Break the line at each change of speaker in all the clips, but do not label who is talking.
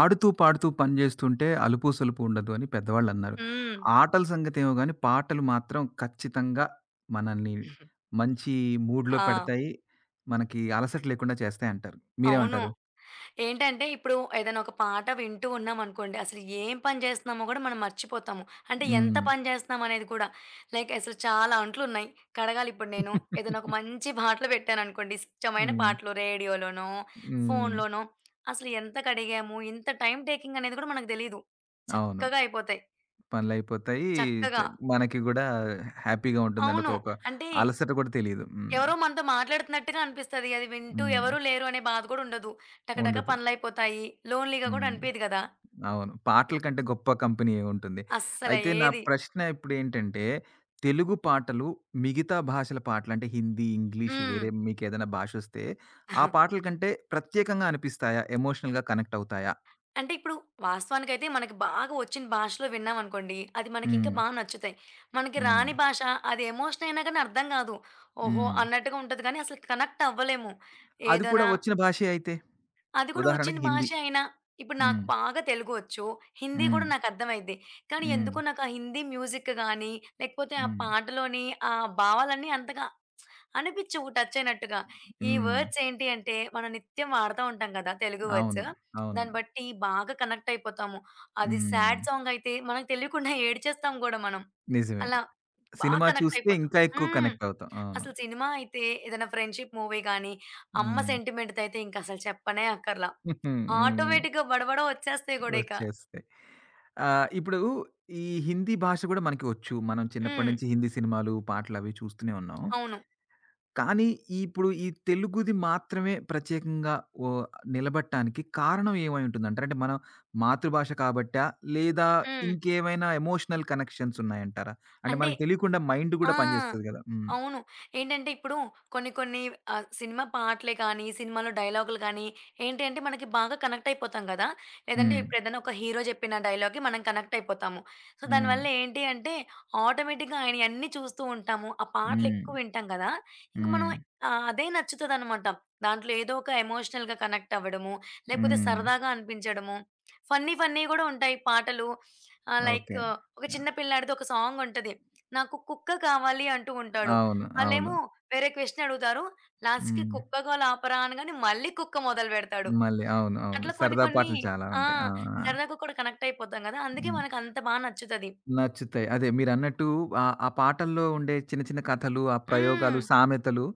ఆడుతూ, పాడుతూ పని జేస్తుంటే అలుపు, సలుపు ఉండదు అని పెద్దవాళ్ళన్నారు.
హ్మ్.
ఆటల సంగతేమో గానీ, పాటలు మాత్రం ఖచ్చితంగా మనల్ని మంచి మూడ్‌లో
ఆ!
పెడతాయి. మనకి అలసట లేకుండా చేస్తాయంటారు.
అవును.
మీరేమంటారు?
ఏంటంటే ఇప్పుడు ఏదైనా ఒక పాట వింటూ ఉన్నామనుకోండి, అసలు ఏం పని చేస్తున్నామో గూడా మనం మర్చిపోతాము. అంటే ఎంత
హ్మ్.
పని చేస్తున్నాం అనేది కూడా. లైక్ అసలు చాలా అంట్లున్నాయి. కడగాలిప్పుడు నేను. ఏదైనా ఒక మంచి పాటలు పెట్టాననుకోండి, ఇష్టమైన
హ్మ్.
పాటలు రేడియోలోనో,
హ్మ్.
ఫోన్‌లోనో అసలు ఎంత కడిగాము, ఇంత టైమ్ టేకింగ్ అనేది గూడా మనకు తెలీదు.
అవును.
చక్కగా అయిపోతాయి.
పనులయిపోతాయి. చ
చక్కగా
మనకి గూడా హ్యాపీగా ఉంటుందండి. ఒక
అవును.
ఒక
అంటే
అలసట గూడా తెలీదు. హ్మ్.
ఎవరో మనతో మాట్లాడుతున్నట్టుగా అనిపిస్తది. అది వింటూ
హ్మ్.
ఎవరు లేరు అనే బాధ కూడా ఉండదు. టకటక
ఉండదు.
పనులైపోతాయి. లోన్‌లీగా కూడా
హ్మ్.
అనిపియదు గదా!
అవును. పాటల కంటే గొప్ప కంపెనీ ఏముంటుంది.
అస్సల
అయితే నా
ఏది
ప్రశ్న ఇప్పుడేంటంటే, తెలుగు పాటలు మిగతా భాషల పాటలు అంటే హిందీ, ఇంగ్లీష్
హ్మ్.
వేరే మీకేదైనా భాషొస్తే, ఆ పాటల కంటే ప్రత్యేకంగా అనిపిస్తాయా? ఎమోషనల్‌గా కనెక్ట్ అవుతాయా?
అంటే ఇప్పుడు వాస్తవానికైతే మనకి బాగా వచ్చిన భాషలో విన్నామనుకోండి, అది మనకింకా
హ్మ్.
బా నచ్చుతాయి. మనకి
హ్మ్.
రాని భాష అది ఎమోషన్ అయినా గాని అర్థం గాదు. ఓహో!
హ్మ్.
అన్నట్టుగా ఉంటది గానీ అసలు కనెక్ట్ అవ్వలేము.
అది కూడా
ఏదైనా
వచ్చిన భాషే అయితే?
అది కూడా వచ్చిన
ఉదాహరణకి హిందీ.
భాష అయినా, ఇప్పుడు నాకు
హ్మ్.
బాగా తెలుగు వచ్చు. హిందీ
హ్మ్.
కూడా నాకు అర్థమైద్ది. కానీ
హ్మ్.
ఎందుకో నాకు ఆ హిందీ మ్యూజిక్ గాని, లేకపోతే ఆ
హ్మ్.
పాటలోని ఆ భావాలన్నీ అంతగా అనిపించవు టచ్ అయినట్టుగా. ఈ
హ్మ్.
వర్డ్స్ ఏంటి అంటే, మనం నిత్యం వాడుతా ఉంటాం కదా! తెలుగు వర్డ్స్.
అవును. అవును.
దాన్ని బట్టి బాగా కనెక్ట్ అయిపోతాము. అది సాడ్
హ్మ్.
సాంగ్ అయితే మనకు తెలియకుండా ఏడ్చేస్తాం గూడా మనం.
నిజమే.
అలా బాగా
సినిమా
కనెక్ట్
చూస్తే
అయిపోతాం.
ఇంకా ఎక్కువ
హ్మ్.
కనెక్ట్ అవుతాం. అవును.
అసలు సినిమా అయితే ఏదైనా ఫ్రెండ్‌షిప్ మూవీ గాని, అమ్మ
హ్మ్.
సెంటిమెంట్‌దయితే ఇంక అసలు చెప్పనే అక్కర్లా.
హ్మ్.
ఆటోమేటిక్‌గా బడబడ వచ్చేస్తాయి గూడా ఇక.
వచ్చేస్తాయి. ఇప్పుడు ఈ హిందీ భాష గూడా మనకి వచ్చు. మనం చిన్నప్పటి
హ్మ్.
నుంచి హిందీ సినిమాలు, పాటలవి చూస్తూనే ఉన్నాం.
అవును.
కానీ ఇప్పుడు ఈ తెలుగుది మాత్రమే ప్రత్యేకంగా ఓహ్! నిలబడటానికి కారణం ఏమై ఉంటుందంటారు? అంటే మనం మాతృభాష కాబట్టా? లేదా
హ్మ్.
ఇంకేమైనా ఎమోషనల్ కనెక్షన్స్ ఉన్నాయంటారా? అంటే
అంటే
మనకు తెలియకుండా మైండ్
ఆ!
గూడా పనిజేస్తది గదా! హ్మ్.
అవును. ఏంటంటే ఇప్పుడు కొన్ని కొన్ని సినిమా పాటలే కానీ, సినిమాలో డైలాగులు కానీ ఏంటి అంటే మనకి బాగా కనెక్ట్ అయిపోతాం కదా! లేదంటే
హ్మ్.
ఇప్పుడేదైనా ఒక హీరో చెప్పిన డైలాగ్‌కి మనం కనెక్ట్ అయిపోతాము. సో,
హ్మ్.
దానివల్ల ఏంటి అంటే ఆటోమేటిక్‌గా ఆయనయన్నీ చూస్తూ ఉంటాము. ఆ పాటలు
హ్మ్.
ఎక్కువ వింటాం కదా! ఇంక మనం
హ్మ్.
అదే నచ్చుతదనమాట. దాంట్లో ఏదో ఒక ఎమోషనల్‌గా కనెక్ట్ అవ్వడము, లేకపోతే
హ్మ్.
సరదాగా అనిపించడము. ఫన్నీ ఫన్నీ గూడా ఉంటాయి పాటలు. ఆహ్, లైక్
ఓకే.
ఒక చిన్న పిల్లాడిది ఒక సాంగుంటది. నాకు కుక్క కావాలి అంటూ ఉంటాడు.
అవును. అవును.
ఆళ్ళేమో వేరే క్వెషన్ అడుగుతారు. లాస్ట్‌కి
హ్మ్.
కుక్క గోల ఆపరా అనగానే మళ్ళీ కుక్క మొదలుపెడతాడు.
మళ్ళీ అవును. అవును.
అట్లా కొన్ని
సరదా
కొన్ని
పాటలు చాలా
ఆ!
ఉంటాయి. ఆ!
సరదాగా కూడా కనెక్ట్ అయిపోతాం గదా! అందుకే
హ్మ్.
మనకంత బా నచ్చుతది.
నచ్చుతాయి. అదే మీరన్నట్టు ఆ ఆ పాటల్లో ఉండే చిన్న చిన్న కథలు, ఆ ప్రయోగాలు,
హ్మ్.
సామెతలు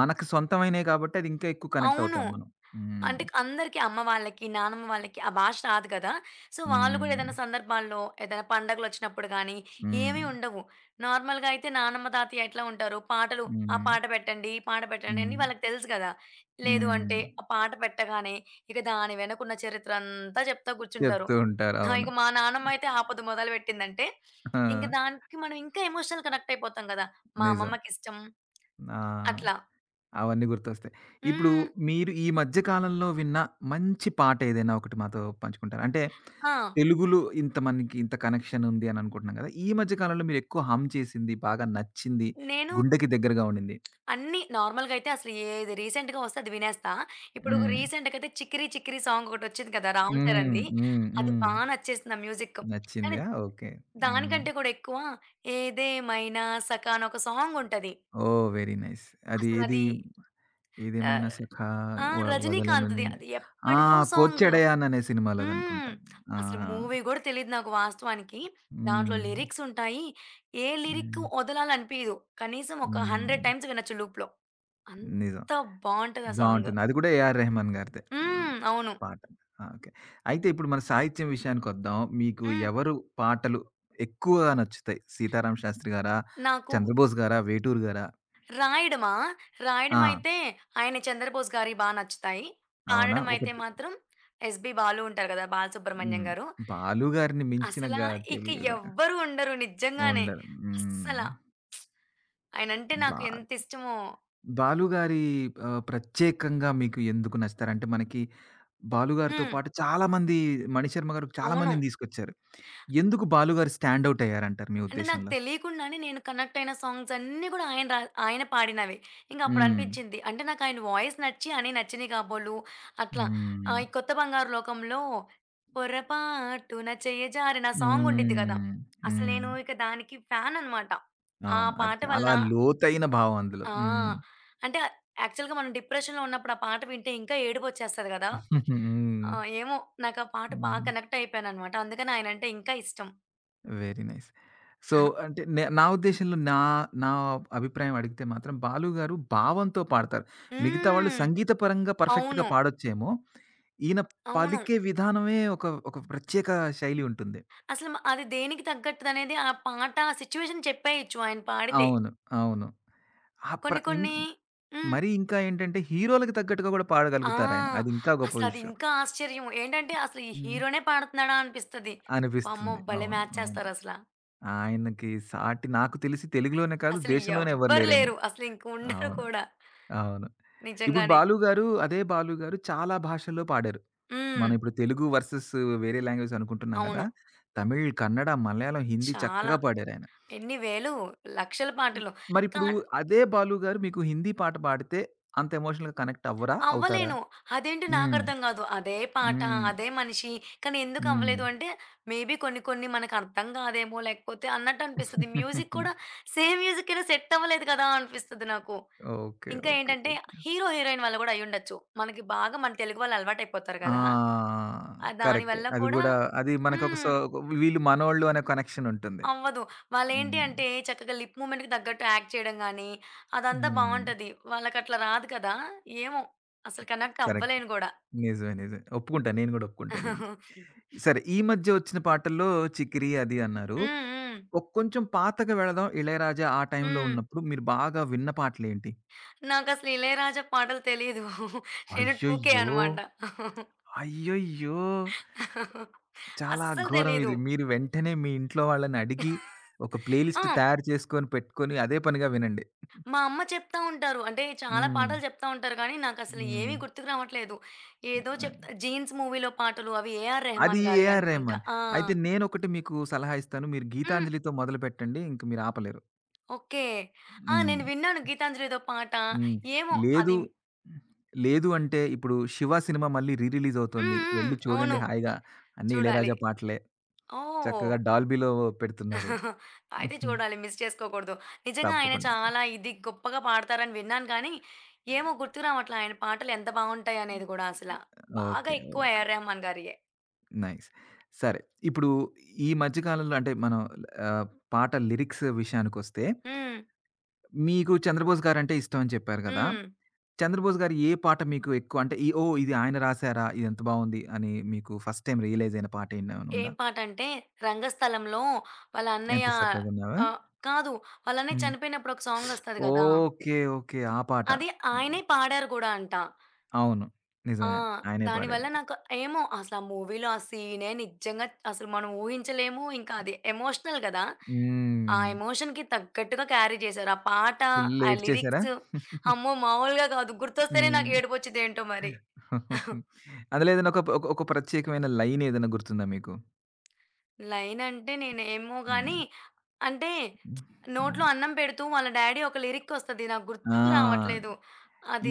మనకు సొంతమైనయి కాబట్టి అది ఇంకా ఎక్కువ కనెక్ట్
అవును.
అవుతాం మనం. హ్మ్.
అంటే అందరికీ అమ్మ వాళ్ళకి, నానమ్మ వాళ్ళకి ఆ భాష రాదు కదా! సో, వాళ్ళు కూడా
హ్మ్.
ఏదైనా సందర్భాల్లో, ఏదైనా పండగలొచ్చినప్పుడు గానీ, ఏమీ
హ్మ్.
ఉండవు. నార్మల్‌గా అయితే నానమ్మ, తాతయ్య ఎట్లా ఉంటారు? పాటలు ఆ
హ్మ్.
పాట పెట్టండి, ఈ పాట పెట్టండి అని
హ్మ్.
వాళ్ళకి తెలుసు కదా! లేదు
హ్మ్.
అంటే ఆ పాట పెట్టగానే ఇక దాని వెనకున్న చరిత్ర అంతా చెప్తా కూర్చుంటారు.
చెప్తూ ఉంటారు.
ఆ!
అవును.
ఇక మా నానమ్మ అయితే ఆపద మొదలుపెట్టిందంటే,
ఆ!
ఇంక దానికి మనం ఇంకా ఎమోషనల్ కనెక్ట్ అయిపోతాం కదా! మా
నిజం.
అమ్మమ్మకిష్టం
ఆ!
అట్లా.
అవన్నీ గుర్తొస్తాయి. ఇప్పుడు
హ్మ్.
మీరు ఈ మధ్య కాలంలో విన్న మంచి పాటేదైనా ఒకటి మాతో పంచుకుంటారా? అంటే
ఆ!
తెలుగులో ఇంత మనకి ఇంత కనెక్షన్ ఉంది అని అనుకుంటున్నాం కదా! ఈ మధ్య కాలంలో మీరు ఎక్కువ హమ్ చేసింది, బాగా నచ్చింది,
నేను
గుండెకి దగ్గరగా ఉండింది?
అన్నీ నార్మల్‌గా అయితే అసలు ఏది రీసెంట్‌గా వస్తే అది వినేస్తా. ఇప్పుడు
హ్మ్.
రీసెంట్‌గా అయితే 'చికిరి చికిరి' సాంగ్ ఒకటొచ్చింది కదా! రామ్
హ్మ్.
చరణ్‌ది.
హ్మ్.
అది
హ్మ్.
బా నచ్చేసింది ఆ మ్యూజిక్. కానీ
నచ్చిందా? ఓకే. హ్మ్.
దానికంటే కూడా ఎక్కువ 'ఏదేమైనా సఖా' అని ఒక సాంగ్ ఉంటది.
ఓహ్! Very nice. అది ఏది?
అసలది ఆహ్,
ఏదేమైనా సఖా
ఆ!
వ వదలను
రజనీకాంత్‌ది
నిన్నే
అది
ఆ!
ఎప్పటిదో సాంగ్.
'కోచ్చడయాన్' అనే
హ్మ్.
సినిమాలోదనుకుంటా. ఆ!
అసలు మూవీ గూడా తెలీదు నాకు వాస్తవానికి. దాంట్లో
హ్మ్.
లిరిక్స్ ఉంటాయి. ఏ లిరిక్
హ్మ్.
వదలాలనిపియదు. కనీసం ఒక 100
హ్మ్.
టైమ్స్ వినొచ్చు లూప్‌లో.
నిజం.
అంత బావుంటది ఆ సాంగ్.
బావుంటుంది. అది కూడా 'ఏఆర్ రెహమాన్' గారిదే. హ్మ్.
హ్మ్. అవును.
పాట. ఆ! ఓకే. అయితే ఇప్పుడు మన సాహిత్యం విషయానికొద్దాం. మీకు
హ్మ్.
ఎవరు పాటలు ఎక్కువగా నచ్చుతాయి? 'సీతారామ శాస్త్రి' గారా?
నాకు
'చంద్రబోస్' గారా? 'వేటూరు' గారా?
రాయడమా?
ఆ!
రాయడమైతే ఆయన 'చంద్రబోస్' గారియి బా నచ్చుతాయి.
అవునా?
పాడడమైతే
ఒకటి
మాత్రం ఎస్‌బి బాలు ఉంటారు గదా! బాలసుబ్రహ్మణ్యం
హ్మ్.
గారు.
'బాలు' గారిని మించిన
అసలా ఇక
తెలుగు
ఎవ్వరు ఉండరు నిజంగానే.
ఉండరు.
అస్సల.
హ్మ్.
ఆయనంటే
బా
నాకు ఎంత ఇష్టమో.
'బాలు' గారి ప్రత్యేకంగా మీకు ఎందుకు నచ్చుతారు? అంటే మనకి 'బాలు' గారితో
హ్మ్.
పాటు చాలా మంది 'మణిశర్మ' గారు చాలా
అవును.
మందిని తీసుకొచ్చారు. ఎందుకు 'బాలు' గారు స్టాండ్ ఔట్ అయ్యారంటారు మీ
అంటే నాకు
ఉద్దేశంలో?
తెలియకుండానే నేను కనెక్ట్ అయిన సాంగ్స్ అన్నీ కూడా ఆయన పాడినవే. ఇంక అప్పుడు
హ్మ్.
అనిపించింది. అంటే నాకు ఆయన వాయిస్ నచ్చి అనే నచ్చినియి కాబోలు అట్లా.
హ్మ్.
ఈ 'కొత్త బంగారు లోకంలో' పొరపాటున చెయ్యజారిన సాంగ్ ఉండిద్ది కదా!
హ్మ్.
అసలు
హ్మ్.
నేను ఇక దానికి ఫ్యాన్ అనమాట. ఆ
అవును. అది
పాట వల్ల
చాలా లోతైన భావం అందులో.
ఆ!
హ్మ్.
అంటే యాక్చువల్‌గా మనం డిప్రెషన్‌లో ఉన్నప్పుడు ఆ పాట వింటే ఇంకా ఏడుపొచ్చేస్తది కదా!
హ్మ్.
ఆహ్, ఏమో నాకు ఆ పాట బా
హ్మ్.
కనెక్ట్ అయిపోయాననమాట. అందుకని ఆయనంటే ఇంకా ఇష్టం.
Very nice. సో, అంటే నా ఉద్దేశంలో నా నా అభిప్రాయం అడిగితే మాత్రం 'బాలు' గారు భావంతో పాడతారు. మిగతా వాళ్ళు
హ్మ్.
సంగీత పరంగా పర్ఫెక్ట్‌గా
అవును.
పాడొచ్చేమో, ఈయన
అవును.
పలికే విధానమే ఒక ఒక ప్రత్యేక శైలి ఉంటుంది.
అసలు మ అది దేనికి తగ్గట్టుదనేది ఆ పాట సిట్యుయేషన్ చెప్పేయొచ్చు ఆయన పాడితే.
అవును. అవును. ఆ ప్ర
కొన్ని
ఇం
కొన్ని హ్మ్.
మరి ఇంకా ఏంటంటే హీరోలకి తగ్గట్టుగా కూడా
ఆ!
పాడగలుగుతారాయన. అది ఇంకా గొప్ప
అసలది
విషయం.
ఇంకా ఆశ్చర్యం. ఏంటంటే అసలు ఈ
హ్మ్.
హీరోనే పాడుతున్నాడా అనిపిస్తది. వామ్మో!
అనిపిస్తుంది.
భలే
అవును.
మ్యాచ్
అవును.
చేస్తారసల. అసలు
ఆయనకి సాటి నాకు తెలిసి తెలుగులోనే కాదు
అసలు
దేశంలోనే ఎవరు
ఎవ్వరు
లేరేమో!
లేరు. అసలు ఇంక ఉండరు
అవును.
కూడా.
అవును. ఇప్పుడు
నిజంగానే.
'బాలు' గారు అదే 'బాలు' గారు చాలా భాషల్లో పాడారు.
హ్మ్.
మనం ఇప్పుడు తెలుగు వర్సెస్ వేరే లాంగ్వేజ్ అనుకుంటున్నాం గదా!
అవును.
తమిళ్, కన్నడ, మలయాళం, హిందీ
చాలా.
చక్కగా పాడారాయన.
ఎన్ని వేలు, లక్షల
ఇ
పాటలు. కా
మరిప్పుడు అదే 'బాలు' గారు మీకు హిందీ పాట పాడితే అంత ఎమోషనల్‌గా కనెక్ట్ అవ్వరా? అవుతారా?
అవ్వలేను. అదేంటో
హ్మ్.
నాకర్థం గాదు. అదే పాట,
హ్మ్.
అదే మనిషి, కానీ ఎందుకు
హ్మ్.
అవ్వలేదు అంటే, మేబీ కొన్ని కొన్ని మనకర్థం గాదేమో లేకపోతే అన్నట్టు అనిపిస్తది. Music
okay.
కూడా సేమ్ మ్యూజిక్కేనా సెట్ అవ్వలేదు కదా! అనిపిస్తది నాకు.
ఓకే.
ఇంకా
ఓకే.
ఏంటంటే హీరో, హీరోయిన్ వల్ల గూడా అయ్యుండొచ్చు. మనకి బాగా మన తెలుగు వాళ్ళు అలవాటయిపోతారు
ఆ!
గదా!
కరెక్టే.
దానివల్ల
అది
కూడా
గూడా అది మనకొక
హ్మ్.
సో ఒక వీళ్ళు మనోళ్ళు అనే కనెక్షన్ ఉంటుంది.
అవ్వదు. వాళ్ళేంటి
హ్మ్.
అంటే చక్కగా లిప్ మూవ్‌మెంట్‌కి తగ్గట్టు యాక్ట్ చేయడం గానీ, అదంతా
హ్మ్.
బావుంటది. వాళ్ళకట్లా రాదు కదా! ఏమో అసలు కనెక్ట్
కరెక్ట్.
అవ్వలేను గూడా.
నిజమే. నిజమే. ఒప్పుకుంటా. నేను గూడా ఒప్పుకుంటా దీనికి. సరే ఈ మధ్య వచ్చిన పాటల్లో 'చికిరి' అది అన్నారు.
హ్మ్. హ్మ్.
కొంచెం పాతగా వెళదాం. 'ఇళయరాజా' ఆ టైంలో
హ్మ్.
ఉన్నప్పుడు మీరు బాగా విన్న పాటలేంటి?
నాకసలు ఇళయరాజా పాటలు తెలీదు. నేను 2కే
అయ్యయ్యో!
అనమాట.
అయ్యయ్యో! చాలా
అస్సలు
ఘోరం
తెలీదు.
ఇది. మీరు వెంటనే మీ ఇంట్లో వాళ్ళని అడిగి, ఒక ప్లే లిస్ట్
ఆ!
తయారు చేసుకొని పెట్టుకొని అదే పనిగా వినండి.
మా అమ్మ చెప్తా ఉంటారు. అంటే చాలా
హ్మ్.
పాటలు చెప్తా ఉంటారు కానీ, నాకసలు
హ్మ్.
ఏవి గుర్తుకు రావట్లేదు. ఏదో
ఆహ్,
చెప్తా 'జీన్స్' మూవీలో పాటలు అవి 'ఏఆర్
అది
రెహమాన్' గారియి
ఏఆర్
అనుకుంటా.
రెహమాన్.
ఆ!
అయితే నేనొకటి మీకు సలహా ఇస్తాను. మీరు
హ్మ్.
'గీతాంజలి'తో మొదలుపెట్టండి. ఇంక మీరు ఆపలేరు.
ఓకే. ఆ!
హ్మ్.
నేను విన్నాను 'గీతాంజలి'దో పాట.
హ్మ్.
ఏమో
లేదు
అది
లేదు అంటే ఇప్పుడు 'శివ' సినిమా మళ్ళీ రీ రిలీజ్
హ్మ్.
అవుతోంది.
హ్మ్.
వెళ్లి
అవును.
చూడండి హాయిగా. అన్నీ
చూడాలి.
ఇళయరాజా పాటలే.
ఓహ్!
చక్కగా డాల్బీలో పెడుతున్నారు.
అయితే చూడాలి. మిస్ చేసుకోకూడదు. నిజంగా ఆయన
తప్పకుండా.
చాలా ఇది గొప్పగా పాడతారని విన్నాను కానీ, ఏమో గుర్తు రావట్లా ఆయన పాటలు ఎంత బావుంటాయనేది గూడా అసల. బాగా
ఓకే.
ఎక్కువ
ఓకే.
ఏఆర్ రెహమాన్ గారియ్యే.
నైస్. సరే. ఇప్పుడు ఈ మధ్య కాలంలో అంటే మనం ఆహ్, పాట లిరిక్స్ విషయానికొస్తే,
హ్మ్.
మీకు 'చంద్రబోస్' గారంటే ఇష్టం అని చెప్పారు గదా!
హ్మ్.
'చంద్రబోస్' గారి ఏ పాట మీకు ఎక్కువ అంటే ఈ ఓహ్! ఇది ఆయన రాసారా? ఇది ఎంత బావుంది అని మీకు ఫస్ట్ టైమ్ రియలైజ్ అయిన పాట ఏమైనా ఉందా?
ఏం పాటంటే 'రంగస్థలంలో' వాళ్ళ అన్నయ్య
ఎంత సక్కగున్నావా?
ఆహ్, కాదు. వాళ్ళ అన్నయ్య
హ్మ్.
చనిపోయినప్పుడు ఒక సాంగొస్తది గదా!
ఓకే. ఓకే. ఆ పాట.
అది
హ్మ్.
ఆయనే పాడారు గూడా అంట.
అవును.
ఆ!
నిజమే. ఆయనే పాడారు.
దానివల్ల నాకు అసలు ఆ మూవీలో ఆ సీనే నిజంగా అసలు మనం ఊహించలేము. ఇంకా అది ఎమోషనల్ గదా! ఆ
హ్మ్.
ఎమోషన్‌కి తగ్గట్టుగా క్యారీ చేశారు. ఆ పాట,
ఫుల్
ఆ
ఏడ్చేసారా?
లిరిక్స్ అమ్మో! మామూలుగా కాదు. గుర్తొస్తేనే
హ్మ్.
నాకు ఏడుపొచ్చిద్దేంటో మరి.
అందులో ఏదైనా ఒక ఒక ఒక ప్రత్యేకమైన లైన్ ఏదైనా గుర్తుందా మీకు?
లైన్ అంటే నేనేమో గాని
హ్మ్.
అంటే
హ్మ్.
నోట్లో
హ్మ్.
అన్నం పెడుతూ వాళ్ళ డ్యాడీ ఒక లిరిక్ ఒస్తది. నాకు గుర్తుకు
ఆ!
రావట్లేదు.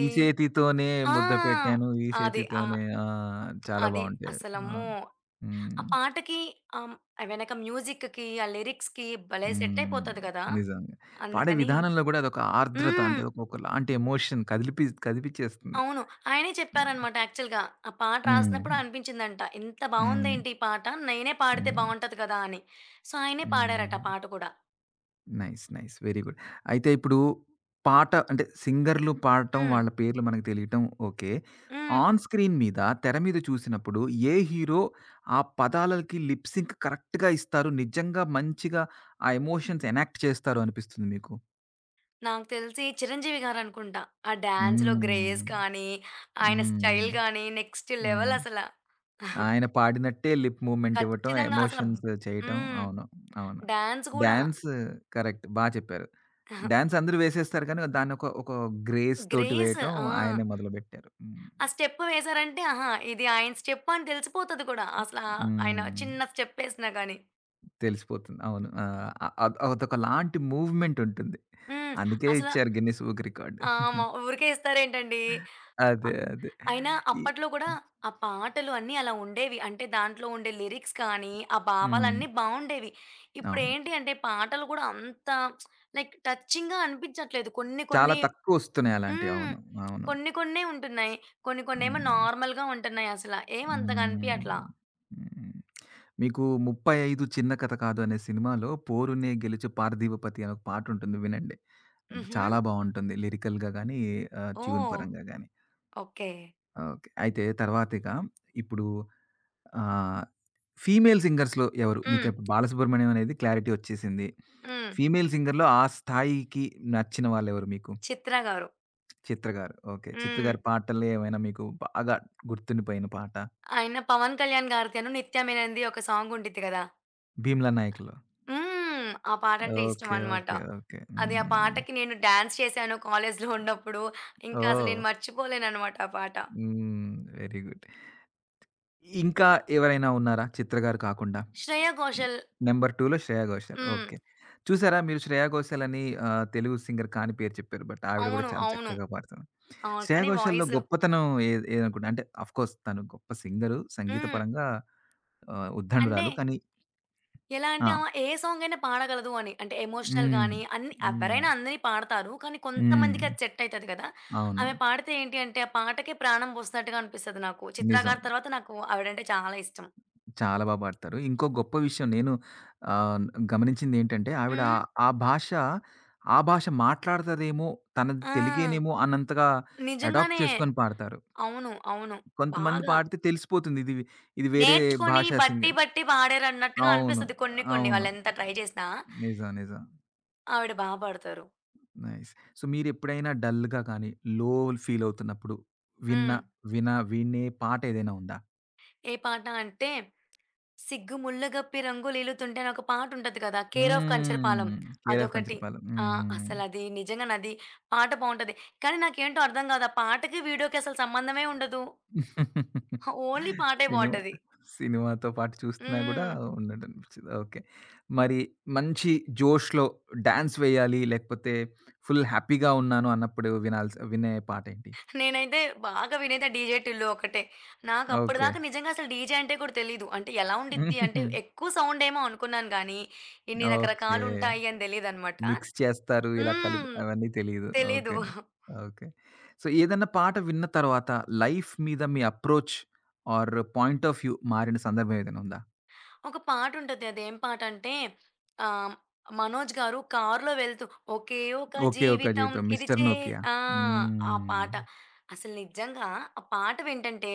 ఈ చేతితోనే ముద్ద
ఆ!
పెట్టాను. ఈ
అది. ఆ!
చేతితోనే ఆ! చాలా
అది
బావుంటాయి. అవి.
అసలమ్మో!
అవును.
ఆ
హ్మ్.
పాటకి ఆహ్, వెనక మ్యూజిక్‌కి, ఆ లిరిక్స్‌కి భలే సెట్
హ్మ్.
అయిపోతది కదా!
నిజంగా. పాడే
అందుకని
విధానంలో గూడా అదొక ఆర్ద్రత
హ్మ్.
అంటే ఒకలాంటి ఎమోషన్ కదిపిచ్చేస్తుంది.
అవును. ఆయనే
హ్మ్.
చెప్పారనమాట యాక్చువల్‌గా. ఆ పాట
హ్మ్.
రాసినప్పుడు అనిపించిందంట. "ఇంత
హ్మ్.
బావుందేంటి ఈ పాట? నేనే పాడితే
హ్మ్.
బావుంటది కదా!" అని. సో, ఆయనే పాడారట
హ్మ్.
ఆ పాట కూడా.
నైస్. నైస్. Very good. అయితే ఇప్పుడు పాట అంటే సింగర్‌లు పాడటం,
హ్మ్.
వాళ్ళ పేర్లు మనకు తెలియటం ఓకే.
హ్మ్.
ఆన్ స్క్రీన్ మీద, తెర మీద చూసినప్పుడు ఏ హీరో ఆ పదాలకి లిప్ సింక్ కరెక్ట్‌గా ఇస్తారు. నిజంగా మంచిగా ఆ ఎమోషన్స్ ఎనాక్ట్ చేస్తారు అనిపిస్తుంది మీకు?
నాకు తెలిసి చిరంజీవి గారనుకుంటా. ఆ డాన్స్‌లో గ్రేస్
హ్మ్.
కానీ, ఆయన
హ్మ్.
స్టైల్ గాని నెక్స్ట్
హ్మ్.
లెవెల్ అసల.
ఆయన పాడినట్టే లిప్ మూవ్‌మెంట్ ఇవ్వటం,
ఖచ్చితంగా అసల
ఎమోషన్స్ చేయటం.
హ్మ్.
అవును. అవును.
డాన్స్ గూడా.
Dance correct. బా చెప్పారు. డాన్స్ అందరూ వేసేస్తారు కానీ, దాన్ని ఒక గ్రేస్ తోటి
'గ్రేస్'
వేయటం
ఆ!
ఆయనే మొదలుపెట్టారు. హ్మ్.
ఆ స్టెప్ వేశారంటే ఆహా! ఇది ఆయన స్టెప్ అని తెలిసిపోతది కూడా. అసలా ఆయన
హ్మ్.
చిన్న స్టెప్ ఏసినా గాని.
తెలిసిపోతుంది. అవును. ఆ! అదొకలాంటి మూవ్‌మెంట్ ఉంటుంది.
హ్మ్.
అందుకే
అసల
ఇచ్చారు గిన్నిస్ బుక్ రికార్డ్.
ఆమ ఊరికే ఇస్తారేంటండి? అ
అదే. అదే.
అయినా
ఈ
అప్పట్లో కూడా ఆ పాటలు అన్నీ అలా ఉండేవి. అంటే దాంట్లో ఉండే లిరిక్స్ కానీ, ఆ
హ్మ్.
భావాలన్నీ బావుండేవి.
అవును.
ఇప్పుడేంటి అంటే పాటలు కూడా అంత లైక్ టచింగ్‌గా అనిపించట్లేదు. కొన్ని
చాలా
కొన్ని
తక్కువొస్తున్నాయి అలాంటివి.
హ్మ్.
అవును. అవును.
కొన్ని కొన్నే ఉంటున్నాయి. కొన్ని కొన్నేమో
హ్మ్.
నార్మల్‌గా ఉంటున్నాయి అసల. ఏం అంతగా
హ్మ్.
అనిపియట్లా.
హ్మ్. మీకు "35 చిన్న కథ కాదు" అనే సినిమాలో 'పోరునే గెలుచు పార్థివపతి' అనే ఒక పాటుంటుంది వినండి.
హుహు.
చాలా బావుంటుంది లిరికల్‌గా గాని, ట్యూన్
ఓహ్!
పరంగా గాని.
ఓకే.
ఓకే. అయితే తర్వాత ఇక ఇప్పుడు ఆహ్, ఫీమేల్ సింగర్స్‌లో ఎవరు? మీకు
హ్మ్.
ఇప్పుడు 'బాలసుబ్రహ్మణ్యం' అనేది క్లారిటీ వచ్చేసింది.
హ్మ్.
ఫీమేల్ సింగర్‌లో ఆ స్థాయికి నచ్చిన వాళ్ళెవరు మీకు?
'చిత్ర' గారు.
'చిత్ర' గారు. ఓకే. 'చిత్ర'
హ్మ్.
గారి పాటల్లో ఏమైనా మీకు బాగా గుర్తుండిపోయిన పాట?
ఆయన 'పవన్ కళ్యాణ్' గారితోను 'నిత్యమేననిది' ఒక సాంగ్ ఉండిద్ది కదా!
'భీమ్లా నాయక్'లో.
హ్మ్. ఆ పాటంటే
ఓకే.
ఇష్టమనమాట.
ఓకే. ఓకే.
అది ఆ
హ్మ్.
పాటకి నేను డాన్స్ చేశాను కాలేజ్‌లో ఉన్నప్పుడు. ఇంకా అసలు
ఓహ్!
నేను మర్చిపోలేననమాట ఆ పాట.
హ్మ్. Very good. ఇంకా ఎవరైనా ఉన్నారా 'చిత్ర' గారు కాకుండా?
'శ్రేయ ఘోషల్'
నంబర్ 2లో 'శ్రేయ ఘోషాల్.'
హ్మ్.
ఓకే. చూసారా మీరు 'శ్రేయ ఘోషాల్' అని తెలుగు సింగర్ కాని పేరు చెప్పారు. బట్ ఆవిడ కూడా
అవును.
చాలా
అవును.
చక్కగా పాడుతుంది.
అవును.
'శ్రేయ
కానీ
ఘోషాల్‌లో'
వాయిస్
గొప్పతనం ఏదనుకుంటారు? అంటే ఆఫ్‌కోర్స్ తను గొప్ప సింగరు. సంగీత
హ్మ్.
పరంగా
అంటే
ఉద్దండురాలు. కానీ
ఎలా
ఆ!
అంటే ఆమె ఏ సాంగ్ అయినా పాడగలదు అని. అంటే ఎమోషనల్
హ్మ్.
గాని అన్ని
హ్మ్.
ఎవరైనా అందరియి పాడతారు. కానీ
హ్మ్.
కొంతమందికి అది సెట్ అయితది కదా!
అవును.
ఆమె పాడితే ఏంటి అంటే ఆ పాటకే ప్రాణం పోసినట్టుగా అనిపిస్తది నాకు. 'చిత్ర'
నిజం.
గారి తర్వాత నాకు ఆవిడంటే చాలా ఇష్టం.
చాలా బా పాడతారు. ఇంకో గొప్ప విషయం నేను ఆహ్, గమనించిందేంటంటే ఆవిడ ఆ
హ్మ్.
ఆ భాష, ఆ భాష మాట్లాడతదేమో, తనది
ఆ!
తెలుగేనేమో అన్నంతగా అడాప్ట్
నిజంగానే.
చేసుకొని పాడతారు.
అవును. అవును.
కొంతమంది
బాగా.
పాడితే తెలిసిపోతుంది ఇది, వేరే
నేర్చుకొని
భాషా
బట్టి
సింగర్.
బట్టి పాడారన్నట్టుగా
అవును.
అనిపిస్తది కొన్ని కొన్ని.
అవును.
వాళ్ళెంత ట్రై చేసినా
నిజం. నిజం.
ఆవిడ బా పాడతారు.
నైస్. సో, మీరెప్పుడైనా డల్‌గా కానీ, లో ఫీల్ అవుతున్నప్పుడు విన్న,
హ్మ్.
విన వినే పాట ఏదైనా ఉందా?
ఏ పాట అంటే 'సిగ్గు ముళ్ళగప్పి రంగులీలుతుంటే' అని ఒక పాటుంటది కదా! 'కేర్ ఆఫ్
హ్మ్.
కంచరపాలెం'
'కేఆర్ఎఫ్
అదొకటి.
కంచిరపాలెం.'
ఆ!
హ్మ్.
అసలది నిజంగానది పాట బావుంటది. కానీ నాకేంటో అర్థం గాదు. ఆ పాటకి, వీడియోకి అసలు సంబంధమే ఉండదు. ఓన్లీ పాటే
సినిమా
బావుంటది.
సినిమాతో పాటు చూస్తున్నా గూడా
హ్మ్.
ఉన్నట్టు అనిపిచ్చింది. ఓకే. మరి మంచి జోష్‌లో డాన్స్ వేయాలి, లేకపోతే ఫుల్ హ్యాపీగా ఉన్నాను అన్నప్పుడు వినే పాటేంటి?
నేనైతే బాగా వినేది ఆ డీజే టిల్లు ఒక్కటే.
ఓకే.
నాకప్పటిదాకా నిజంగా అసలు డీజే అంటే కూడా తెలీదు. అంటే ఎలా ఉండిద్ది అంటే,
హుహుహు.
ఎక్కువ సౌండేమో అనుకున్నాను గానీ, ఇన్ని
ఓకే.
రకరకాలుంటాయి అని తెలీదనమాట.
మిక్స్ చేస్తారు. ఇలా కలిపి
హ్మ్.
అవన్నీ తెలీదు.
తెలీదు.
ఓకే. ఓకే. సో, ఏదన్నా పాట విన్న తర్వాత లైఫ్ మీద మీ approach or point of view మారిన సందర్భం ఏదైనా ఉందా?
ఒక పాటుంటది. అదేం పాటంటే ఆహ్, 'మనోజ్' గారు కారులో వెళ్తూ ఒకే ఒక
'ఓకే ఓకే
జీవితం
జీవితం',
ఇది
'మిస్టర్
చే
నోకియా'.
ఆ! ఆ
హ్మ్.
పాట. అసలు నిజంగా ఆ పాట వింటంటే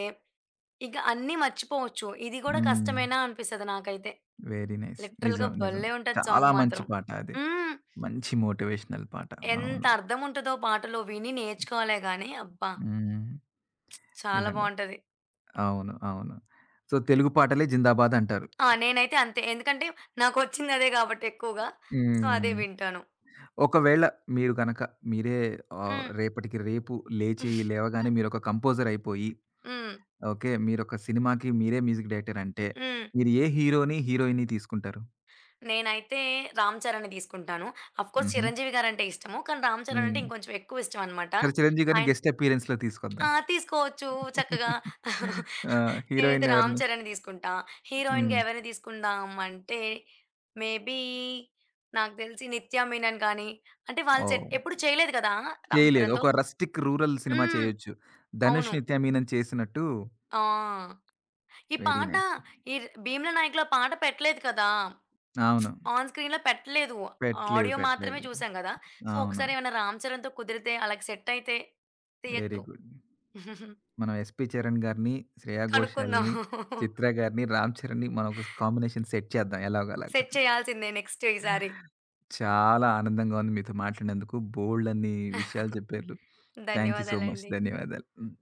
ఇక అన్నీ మర్చిపోవచ్చు. ఇది గూడా
హ్మ్.
కష్టమేనా అనిపిస్తది నాకైతే.
Very nice.
లిటరల్‌గా
నిజం. నిజం.
భలే ఉంటది
చాలా
సాంగ్
మంచి
మాత్రం.
పాట అది.
హ్మ్.
మంచి మోటివేషనల్ పాట.
ఎంత
అవును.
అర్థం ఉంటదో పాటలో విని నేర్చుకోవాలే గానీ అబ్బా!
హ్మ్.
చాలా
నిజంగా.
బావుంటది.
అవును. అవును. సో, తెలుగు పాటలే జిందాబాద్ అంటారు.
ఆ! నేనైతే అంతే. ఎందుకంటే నాకొచ్చిందదే గాబట్టి ఎక్కువగా. సో, అదే
హ్మ్.
వింటాను.
ఒకవేళ మీరు గనక మీరే
హ్మ్.
రేపటికి రేపు లేచి
హ్మ్.
లేవగానే మీరొక కంపోజర్ అయిపోయి,
హ్మ్.
ఓకే. మీరొక సినిమాకి మీరే మ్యూజిక్ డైరెక్టర్ అంటే, మీరు ఏ హీరోని, హీరోయిన్‌ని తీసుకుంటారు?
నేనైతే 'రామ్ చరణ్‌ని' తీసుకుంటాను. అఫ్‌కోర్స్
హుహు.
'చిరంజీవి' గారంటే ఇష్టము. కానీ 'రామ్ చరణ్' అంటే
హ్మ్.
ఇంకొంచెం ఎక్కువ ఇష్టం అనమాట.
సరే 'చిరంజీవి' గారిని
ఆయన
గెస్ట్ అపియరెన్స్‌లో
ఆ!
తీసుకొద్దాం.
తీసుకోవచ్చు చక్కగా.
ఆ!
నేనైతే
హీరోయిన్
'రామ్
ఎవరిని?
చరణ్' తీసుకుంటా. హీరోయిన్‌గా
హ్మ్.
ఎవరిని తీసుకుందాం అంటే మేబీ నాకు తెలిసి 'నిత్యా మీనన్' గాని అంటే వాళ్ళు సెట్
ఓహ్!
ఎప్పుడు చేయలేదు కదా! 'రామ్
చేయలేదు.
చరణ్‌తో'
ఒక రస్టిక్ రూరల్ సినిమా
హ్మ్.
చేయొచ్చు. ధనుష్,
అవును.
నిత్యామీనన్ చేసినట్టు
ఆ! ఈ
వెరీ
పాట
నైస్.
ఈ 'భీమ్లా నాయక'లో పాట పెట్టలేదు కదా!
అవును.
ఆన్ స్క్రీన్‌లో పెట్టలేదు.
పెట్టలేదు.
ఆడియో
పెట్టలేదు.
మాత్రమే చూసాం గదా! సో,
అవును.
ఒకసారి ఏమైనా 'రామ్ చరణ్‌తో' కుదిరితే అలాగ సెట్ అయితే
వెరీ
తీయొచ్చు.
గుడ్. మనం 'ఎస్‌పి చరణ్' గారిని, 'శ్రేయా
కనుక్కుందాం.
ఘోషాల్‌ని, చిత్ర గారిని, 'రామ్ చరణ్‌ని' మనం ఒక కాంబినేషన్ సెట్ చేద్దాం ఎలాగోలాగా.
సెట్ చేయాల్సిందే నెక్స్ట్ ఈసారి.
చాలా ఆనందంగా ఉంది మీతో మాట్లాడినందుకు. బోల్డన్ని విషయాలు చెప్పారు. Thank you so much.
ధన్యవాదాలండి.
ధన్యవాదాలు. హ్మ్.